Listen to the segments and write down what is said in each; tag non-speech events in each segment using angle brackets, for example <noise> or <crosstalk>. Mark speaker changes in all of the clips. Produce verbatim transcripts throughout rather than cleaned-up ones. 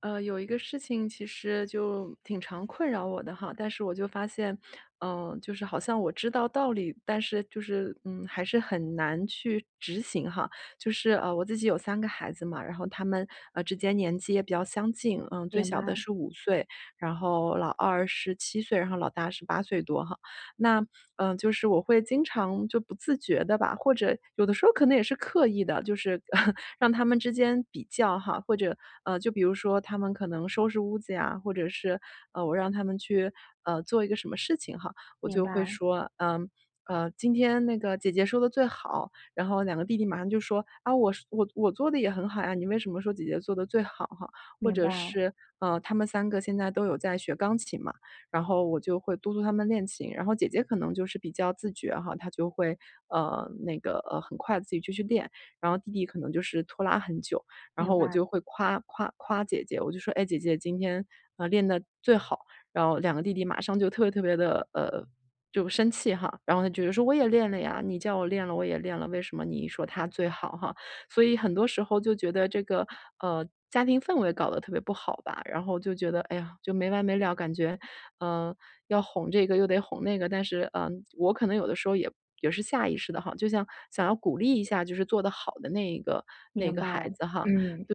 Speaker 1: 呃，有一个事情其实就挺常困扰我的哈，但是我就发现，嗯、就是好像我知道道理，但是就是嗯，还是很难去执行哈。就是呃，我自己有三个孩子嘛，然后他们呃之间年纪也比较相近，嗯，最
Speaker 2: 明
Speaker 1: 小的
Speaker 2: 白，
Speaker 1: 是五岁，然后老二十七岁，然后老大是八岁多哈。那，嗯，呃就是我会经常就不自觉的吧，或者有的时候可能也是刻意的，就是 <laughs> 让他们之间比较哈，或者，呃，就比如说他们可能收拾屋子呀，或者是，呃，我让他们去，呃，做一个什么事情哈，我
Speaker 2: 明
Speaker 1: 就会
Speaker 2: 白，
Speaker 1: 说，嗯，呃，今天那个姐姐说的最好，然后两个弟弟马上就说："啊，我是我我做的也很好呀，你为什么说姐姐做的最好哈？"或
Speaker 2: 明
Speaker 1: 者
Speaker 2: 白，
Speaker 1: 是，呃，他们三个现在都有在学钢琴嘛，然后我就会督促他们练琴。然后姐姐可能就是比较自觉哈，她就会呃那个呃很快自己就去练，然后弟弟可能就是拖拉很久，然
Speaker 2: 明
Speaker 1: 后我
Speaker 2: 白，
Speaker 1: 就会夸夸夸姐姐，我就说："哎，姐姐今天呃练的最好。"然后两个弟弟马上就特别特别的呃就生气哈，然后他觉得说："我也练了呀，你叫我练了，我也练了，为什么你说他最好哈？"所以很多时候就觉得这个呃家庭氛围搞得特别不好吧，然后就觉得哎呀就没完没了，感觉嗯，要哄这个又得哄那个，但是，嗯，呃我可能有的时候也也是下意识的哈，就像想要鼓励一下就是做得好的那一个那
Speaker 2: 明
Speaker 1: 个
Speaker 2: 白，
Speaker 1: 孩子哈。
Speaker 2: 嗯，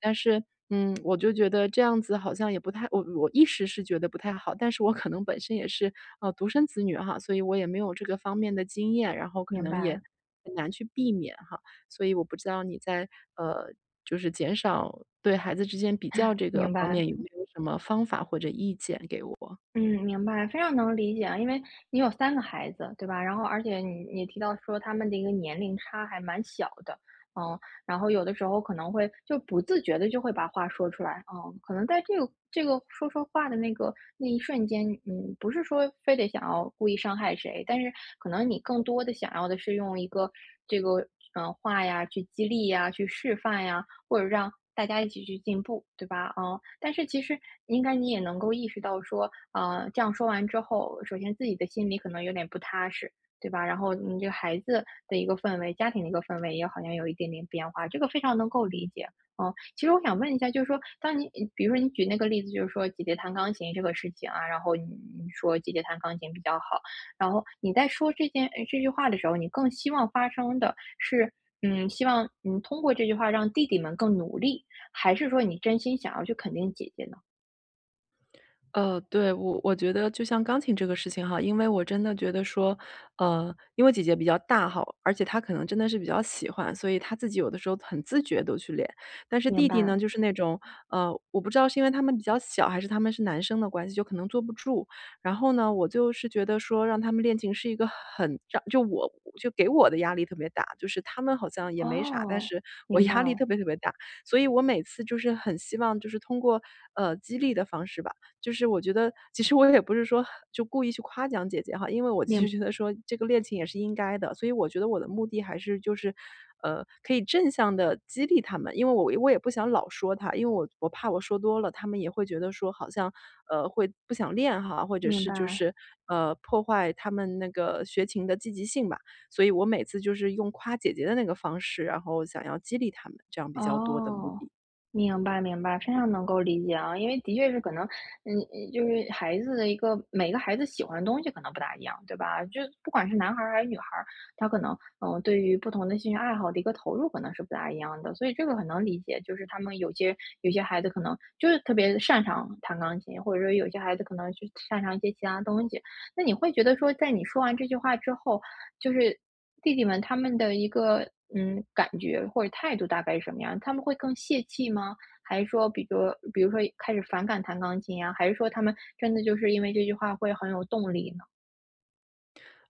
Speaker 1: 但是，嗯，我就觉得这样子好像也不太我我一时是觉得不太好，但是我可能本身也是，呃，独生子女哈，所以我也没有这个方面的经验，然后可
Speaker 2: 明
Speaker 1: 能也
Speaker 2: 白，
Speaker 1: 很难去避免哈。所以我不知道你在，呃，就是减少对孩子之间比较这个
Speaker 2: 明
Speaker 1: 方
Speaker 2: 白。
Speaker 1: 面有没有什么方法或者意见给我？
Speaker 2: 嗯，明白，非常能理解啊。因为你有三个孩子，对吧？然后而且你你提到说他们的一个年龄差还蛮小的，嗯。然后有的时候可能会就不自觉的就会把话说出来，嗯。可能在这个这个说说话的那个那一瞬间，嗯，不是说非得想要故意伤害谁，但是可能你更多的想要的是用一个这个，嗯呃话呀去激励呀、去示范呀，或者让大家一起去进步，对吧？嗯，但是其实应该你也能够意识到说，呃，这样说完之后，首先自己的心里可能有点不踏实，对吧？然后你这个孩子的一个氛围，家庭的一个氛围也好像有一点点变化，这个非常能够理解。嗯，其实我想问一下，就是说，当你比如说你举那个例子，就是说姐姐弹钢琴这个事情啊，然后你你说姐姐弹钢琴比较好，然后你在说这件呃这句话的时候，你更希望发生的是嗯，希望嗯通过这句话让弟弟们更努力，还是说你真心想要去肯定姐姐呢？
Speaker 1: 呃，对，我我觉得就像钢琴这个事情哈，因为我真的觉得说，呃，因为姐姐比较大哈，而且她可能真的是比较喜欢，所以她自己有的时候很自觉都去练。但是
Speaker 2: 明
Speaker 1: 弟弟
Speaker 2: 白，
Speaker 1: 呢，就是那种，呃，我不知道是因为他们比较小，还是他们是男生的关系，就可能坐不住。然后呢，我就是觉得说让他们练琴是一个很让就我就给我的压力特别大，就是他们好像也没啥，但
Speaker 2: 哦，
Speaker 1: 是我
Speaker 2: 明白，
Speaker 1: 压力
Speaker 2: 了，
Speaker 1: 特别特别大。所以我每次就是很希望就是通过，呃，激励的方式吧。就是我觉得其实我也不是说就故意去夸奖姐姐哈，因为我其实
Speaker 2: 明
Speaker 1: 觉得说这个恋情也是应该的，所以我觉得我的目的还是就是，呃，可以正向的激励他们。因为我我也不想老说他，因为我我怕我说多了，他们也会觉得说好像，呃，会不想练哈，或者
Speaker 2: 明
Speaker 1: 是
Speaker 2: 白
Speaker 1: 就
Speaker 2: 啊。
Speaker 1: 是，呃，破坏他们那个学琴的积极性吧。所以我每次就是用夸姐姐的那个方式，然后想要激励他们，这样比较多的目
Speaker 2: 哦，
Speaker 1: 的。
Speaker 2: 明白明白，非常能够理解啊。因为的确是可能，嗯，嗯就是孩子的一个每个孩子喜欢的东西可能不大一样，对吧？就不管是男孩儿还是女孩儿，他可能，嗯，呃对于不同的兴趣爱好的一个投入可能是不大一样的，所以这个很能理解。就是他们有些有些孩子可能就是特别擅长弹钢琴，或者说有些孩子可能就擅长一些其他东西，那你会觉得说，在你说完这句话之后，就是弟弟们他们的一个嗯感觉或者态度大概是什么样？他们会更泄气吗？还是说，比如比如说开始反感弹钢琴呀、还是说他们真的就是因为这句话会很有动力呢？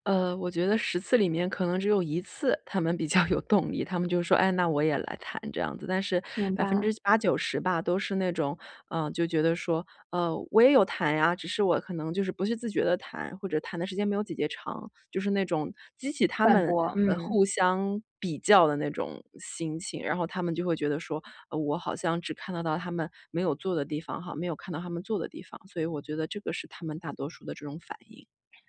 Speaker 1: 呃，我觉得十次里面可能只有一次他们比较有动力，他们就说："哎，那我也来谈。"这样子。但是
Speaker 2: 明
Speaker 1: 百分之
Speaker 2: 白，
Speaker 1: 八九十吧，都是那种，嗯，就觉得说："呃，我也有谈呀，只是我可能就是不是自觉的谈，或者谈的时间没有姐姐长。"就是那种激起他
Speaker 2: 反
Speaker 1: 们，
Speaker 2: 驳，
Speaker 1: 呃，
Speaker 2: 嗯。
Speaker 1: 互相比较的那种心情。然后他们就会觉得说："呃，我好像只看得到他们没有做的地方哈，没有看到他们做的地方。"所以我觉得这个是他们大多数的这种反应。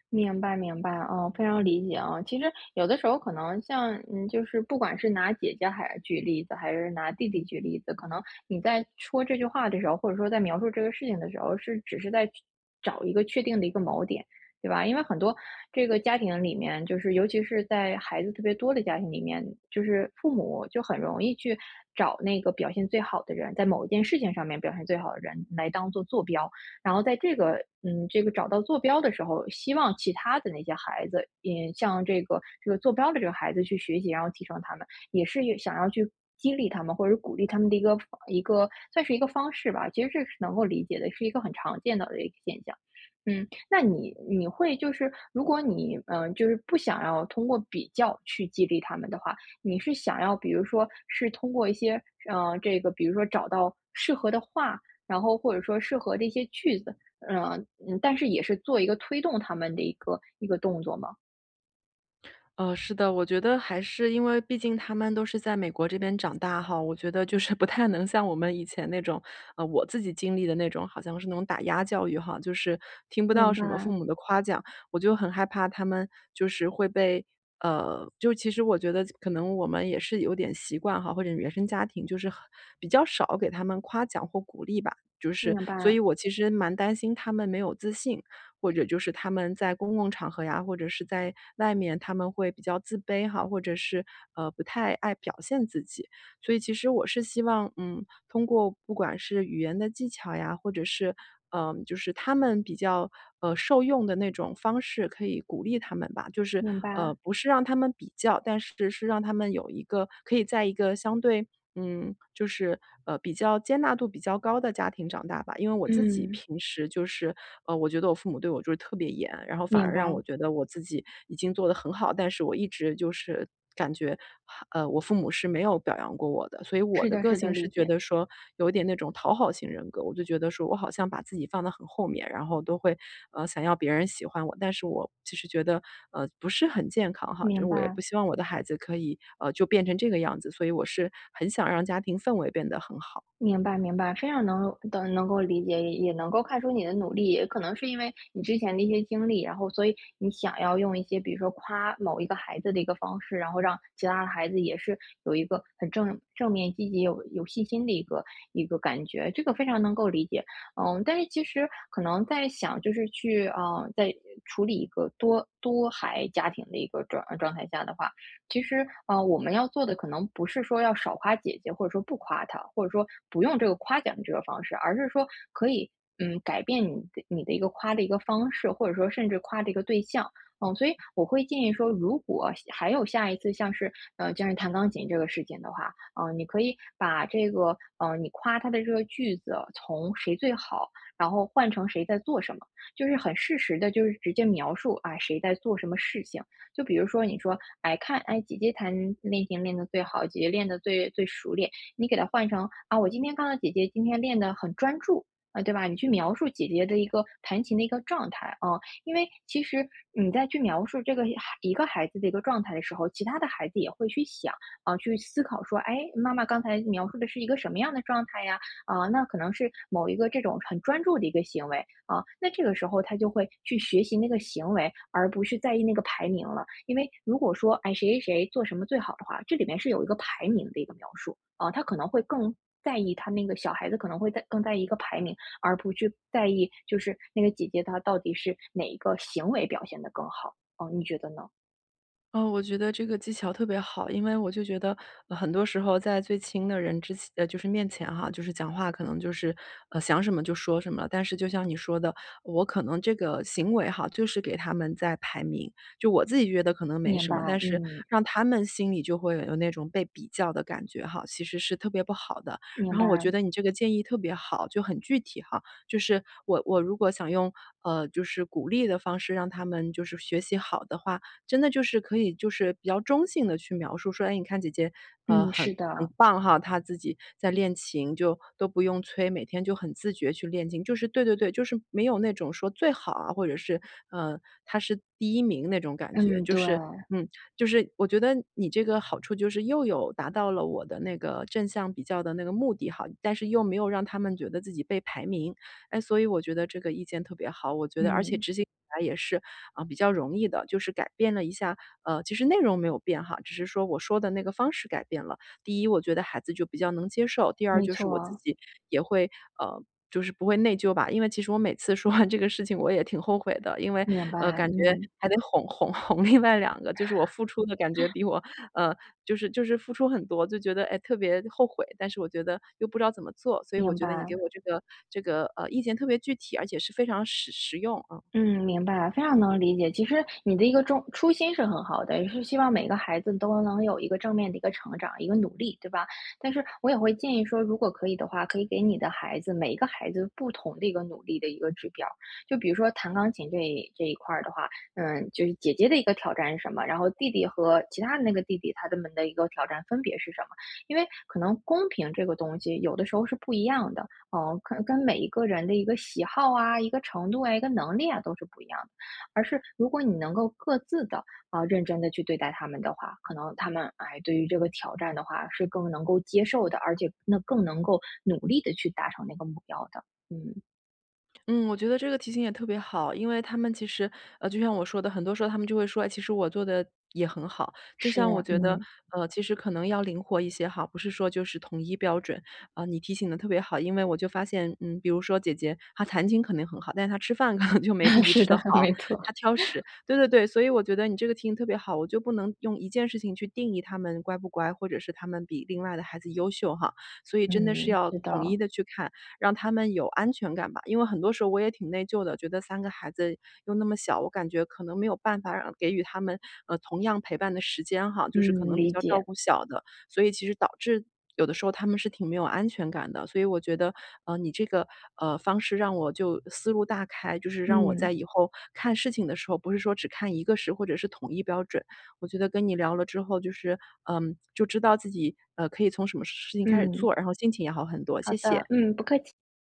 Speaker 2: 明白明白，哦，非常理解啊。其实有的时候可能像，嗯，就是不管是拿姐姐还举例子，还是拿弟弟举例子，可能你在说这句话的时候，或者说在描述这个事情的时候，是只是在去找一个确定的一个锚点，对吧？因为很多这个家庭里面，就是尤其是在孩子特别多的家庭里面，就是父母就很容易去找那个表现最好的人，在某一件事情上面表现最好的人来当做坐标。然后在这个嗯，这个找到坐标的时候，希望其他的那些孩子，嗯，像这个这个坐标的这个孩子去学习，然后提升他们，也是想要去激励他们或者鼓励他们的一个一个算是一个方式吧。其实这是能够理解的，是一个很常见到的一个现象。嗯，那你你会就是如果你嗯、呃就是不想要通过比较去激励他们的话，你是想要比如说是通过一些嗯、呃这个比如说找到适合的话，然后或者说适合的一些句子，呃，嗯，但是也是做一个推动他们的一个一个动作嘛。
Speaker 1: 呃，是的，我觉得还是因为毕竟他们都是在美国这边长大哈，我觉得就是 <laughs> 不太能像我们以前那种，呃，我自己经历的那种，好像是那种打压教育哈，就是听不到
Speaker 2: 明
Speaker 1: 什么父
Speaker 2: 白，
Speaker 1: 母的夸奖，我就很害怕他们就是会被，呃，就其实我觉得可能我们也是有点习惯哈，或者原生家庭就是很比较少给他们夸奖或鼓励吧，就是，
Speaker 2: 明
Speaker 1: 所
Speaker 2: 白，
Speaker 1: 以我其实蛮担心他们没有自信，或者就是他们在公共场合呀，或者是在外面他们会比较自卑哈，或者是呃不太爱表现自己。所以其实我是希望，嗯，通过不管是语言的技巧呀，或者是嗯、呃就是他们比较呃受用的那种方式，可以鼓励他们吧。就是
Speaker 2: 明
Speaker 1: 呃，
Speaker 2: 白，
Speaker 1: 不是让他们比较，但是是让他们有一个可以在一个相对嗯，就是，呃，比较接纳度比较高的家庭长大吧。因为我自己
Speaker 2: 嗯，
Speaker 1: 平时就是，呃，我觉得我父母对我就是特别严，然后反
Speaker 2: 明
Speaker 1: 而让我
Speaker 2: 白，
Speaker 1: 觉得我自己已经做得很好，但是我一直就是感觉，呃，我父母是没有表扬过我的，所以我
Speaker 2: 是
Speaker 1: 的
Speaker 2: 的，
Speaker 1: 个
Speaker 2: 是
Speaker 1: 性
Speaker 2: 的，
Speaker 1: 情
Speaker 2: 理
Speaker 1: 是觉
Speaker 2: 解，
Speaker 1: 得说有一点那种讨好型人格，我就觉得说我好像把自己放得很后面，然后都会，呃，想要别人喜欢我，但是我其实觉得，呃，不是很健康哈，这
Speaker 2: 明
Speaker 1: 我也
Speaker 2: 白。
Speaker 1: 不希望我的孩子可以，呃，就变成这个样子，所以我是很想让家庭氛围变得很好。
Speaker 2: 明白，明白，非常能的能够理解，也能够看出你的努力，也可能是因为你之前的一些经历，然后所以你想要用一些，比如说夸某一个孩子的一个方式，然后让其他的孩子也是有一个很正正面、积极、有有信心的一个一个感觉，这个非常能够理解。嗯，但是其实可能在想，就是去啊、呃在处理一个多多孩家庭的一个状状态下的话，其实啊，呃，我们要做的可能不是说要少夸姐姐，或者说不夸她，或者说不用这个夸奖的这个方式，而是说可以，嗯，改变你的你的一个夸的一个方式，或者说甚至夸的一个对象。嗯，所以我会建议说，如果还有下一次像是，呃，像是弹钢琴这个事情的话，嗯、你可以把这个，呃，你夸她的这个句子从谁最好，然后换成谁在做什么，就是很适时的，就是直接描述啊谁在做什么事情。就比如说你说，哎，看，哎，姐姐弹练琴练得最好，姐姐练得最最熟练，你给它换成啊，我今天看到姐姐今天练得很专注。啊，对吧？你去描述姐姐的一个弹琴的一个状态啊，因为其实你在去描述这个孩一个孩子的一个状态的时候，其他的孩子也会去想啊，去思考说，哎，妈妈刚才描述的是一个什么样的状态呀？啊，那可能是某一个这种很专注的一个行为，啊，那这个时候他就会去学习那个行为，而不是在意那个排名了。因为如果说，哎，谁谁谁做什么最好的话，这里面是有一个排名的一个描述啊，他可能会更在意他那个小孩子可能会在更在意一个排名，而不去在意就是那个姐姐她到底是哪一个行为表现的更好。哦，你觉得呢？
Speaker 1: 哦，我觉得这个技巧特别好，因为我就觉得，呃很多时候在最亲的人之前呃，就是面前哈，就是讲话可能就是，呃，想什么就说什么了。但是就像你说的，我可能这个行为哈，就是给他们在排名，就我自己觉得可能没
Speaker 2: 明
Speaker 1: 什
Speaker 2: 白，
Speaker 1: 么，但是
Speaker 2: 嗯，
Speaker 1: 让他们心里就会有那种被比较的感觉哈，其实是特别不好的。然
Speaker 2: 明
Speaker 1: 后我觉
Speaker 2: 白，
Speaker 1: 得你这个建议特别好，就很具体哈，就是我我如果想用，呃，就是鼓励的方式让他们就是学习好的话，真的就是可以就是比较中性的去描述说："哎，你看姐姐，呃，
Speaker 2: 嗯，是
Speaker 1: 很很
Speaker 2: 的，
Speaker 1: 棒哈，她自己在练琴，就都不用催，每天就很自觉去练琴。"就是对对对，就是没有那种说最好啊，或者是，呃，她是第一名那种感觉。
Speaker 2: 嗯，
Speaker 1: 就
Speaker 2: 对，
Speaker 1: 是嗯，就是我觉得你这个好处就是又有达到了我的那个正向比较的那个目的哈，但是又没有让他们觉得自己被排名。哎，所以我觉得这个意见特别好，我觉得而且
Speaker 2: 嗯，
Speaker 1: 执行起来也是，啊，比较容易的，就是改变了一下呃，其实内容没有变哈，只是说我说的那个方式改变了。第一，我觉得孩子就比较能接受，第二
Speaker 2: 没
Speaker 1: 就是我自
Speaker 2: 错，
Speaker 1: 己也会呃，就是不会内疚吧。因为其实我每次说完这个事情我也挺后悔的，因为，
Speaker 2: 明
Speaker 1: 呃，
Speaker 2: 白，
Speaker 1: 感觉
Speaker 2: 嗯，
Speaker 1: 还得哄哄哄另外两个，就是我付出的感觉比我呃，就是就是付出很多，就觉得，哎，特别后悔，但是我觉得又不知道怎么做，所以我
Speaker 2: 明
Speaker 1: 觉得你
Speaker 2: 白。
Speaker 1: 给我这个这个，呃，意见特别具体，而且是非常实实用。
Speaker 2: 嗯，明白，非常能理解。其实你的一个中初心是很好的，也是希望每个孩子都能有一个正面的一个成长，一个努力，对吧？但是我也会建议说，如果可以的话，可以给你的孩子每一个孩子不同的一个努力的一个指标。就比如说弹钢琴这一这一块儿的话，嗯，就是姐姐的一个挑战是什么，然后弟弟和其他的那个弟弟他们的一个挑战分别是什么？因为可能公平这个东西有的时候是不一样的。哦，可跟每一个人的一个喜好啊、一个程度啊、一个能力啊都是不一样的，而是如果你能够各自的啊、认真的去对待他们的话，可能他们哎对于这个挑战的话是更能够接受的，而且那更能够努力的去达成那个目标的。嗯，
Speaker 1: 嗯，我觉得这个提醒也特别好，因为他们其实，呃，就像我说的，很多时候他们就会说，哎，其实我做的也很好。就
Speaker 2: 是，
Speaker 1: 像我觉得，
Speaker 2: 嗯，
Speaker 1: 呃，其实可能要灵活一些哈，不是说就是统一标准。啊、你提醒的特别好，因为我就发现，嗯，比如说姐姐她弹琴肯定很好，但是她吃饭 <laughs> 可能就没弟
Speaker 2: <laughs>
Speaker 1: 弟
Speaker 2: 是
Speaker 1: 吃
Speaker 2: 的，
Speaker 1: 的好，
Speaker 2: 没错，
Speaker 1: 她挑食。对对对，所以我觉得你这个提醒特别好，我就不能用一件事情去定义他们乖不乖，或者是他们比另外的孩子优秀哈。所以真的是
Speaker 2: 嗯，
Speaker 1: 要
Speaker 2: 是
Speaker 1: 统一
Speaker 2: 的，
Speaker 1: 的去看。让他们有安全感吧。因为很多时候我也挺内疚的，觉得三个孩子又那么小，我感觉可能没有办法让给予他们，呃，同样陪伴的时间哈，就是可
Speaker 2: 嗯，
Speaker 1: 能比
Speaker 2: 理
Speaker 1: 较照
Speaker 2: 解，
Speaker 1: 顾小的，所以其实导致有的时候他们是挺没有安全感的。所以我觉得，呃，你这个，呃，方式让我就思路大开，就是让我在
Speaker 2: 嗯
Speaker 1: 以后看事情的时候，不是说只看一个事或者是统一标准。我觉得跟你聊了之后，就是，嗯，就知道自己，呃，可以从什么事情开始
Speaker 2: 嗯，
Speaker 1: 做，然后心情也好很多，
Speaker 2: 好
Speaker 1: 谢谢。
Speaker 2: 的，嗯，不客气。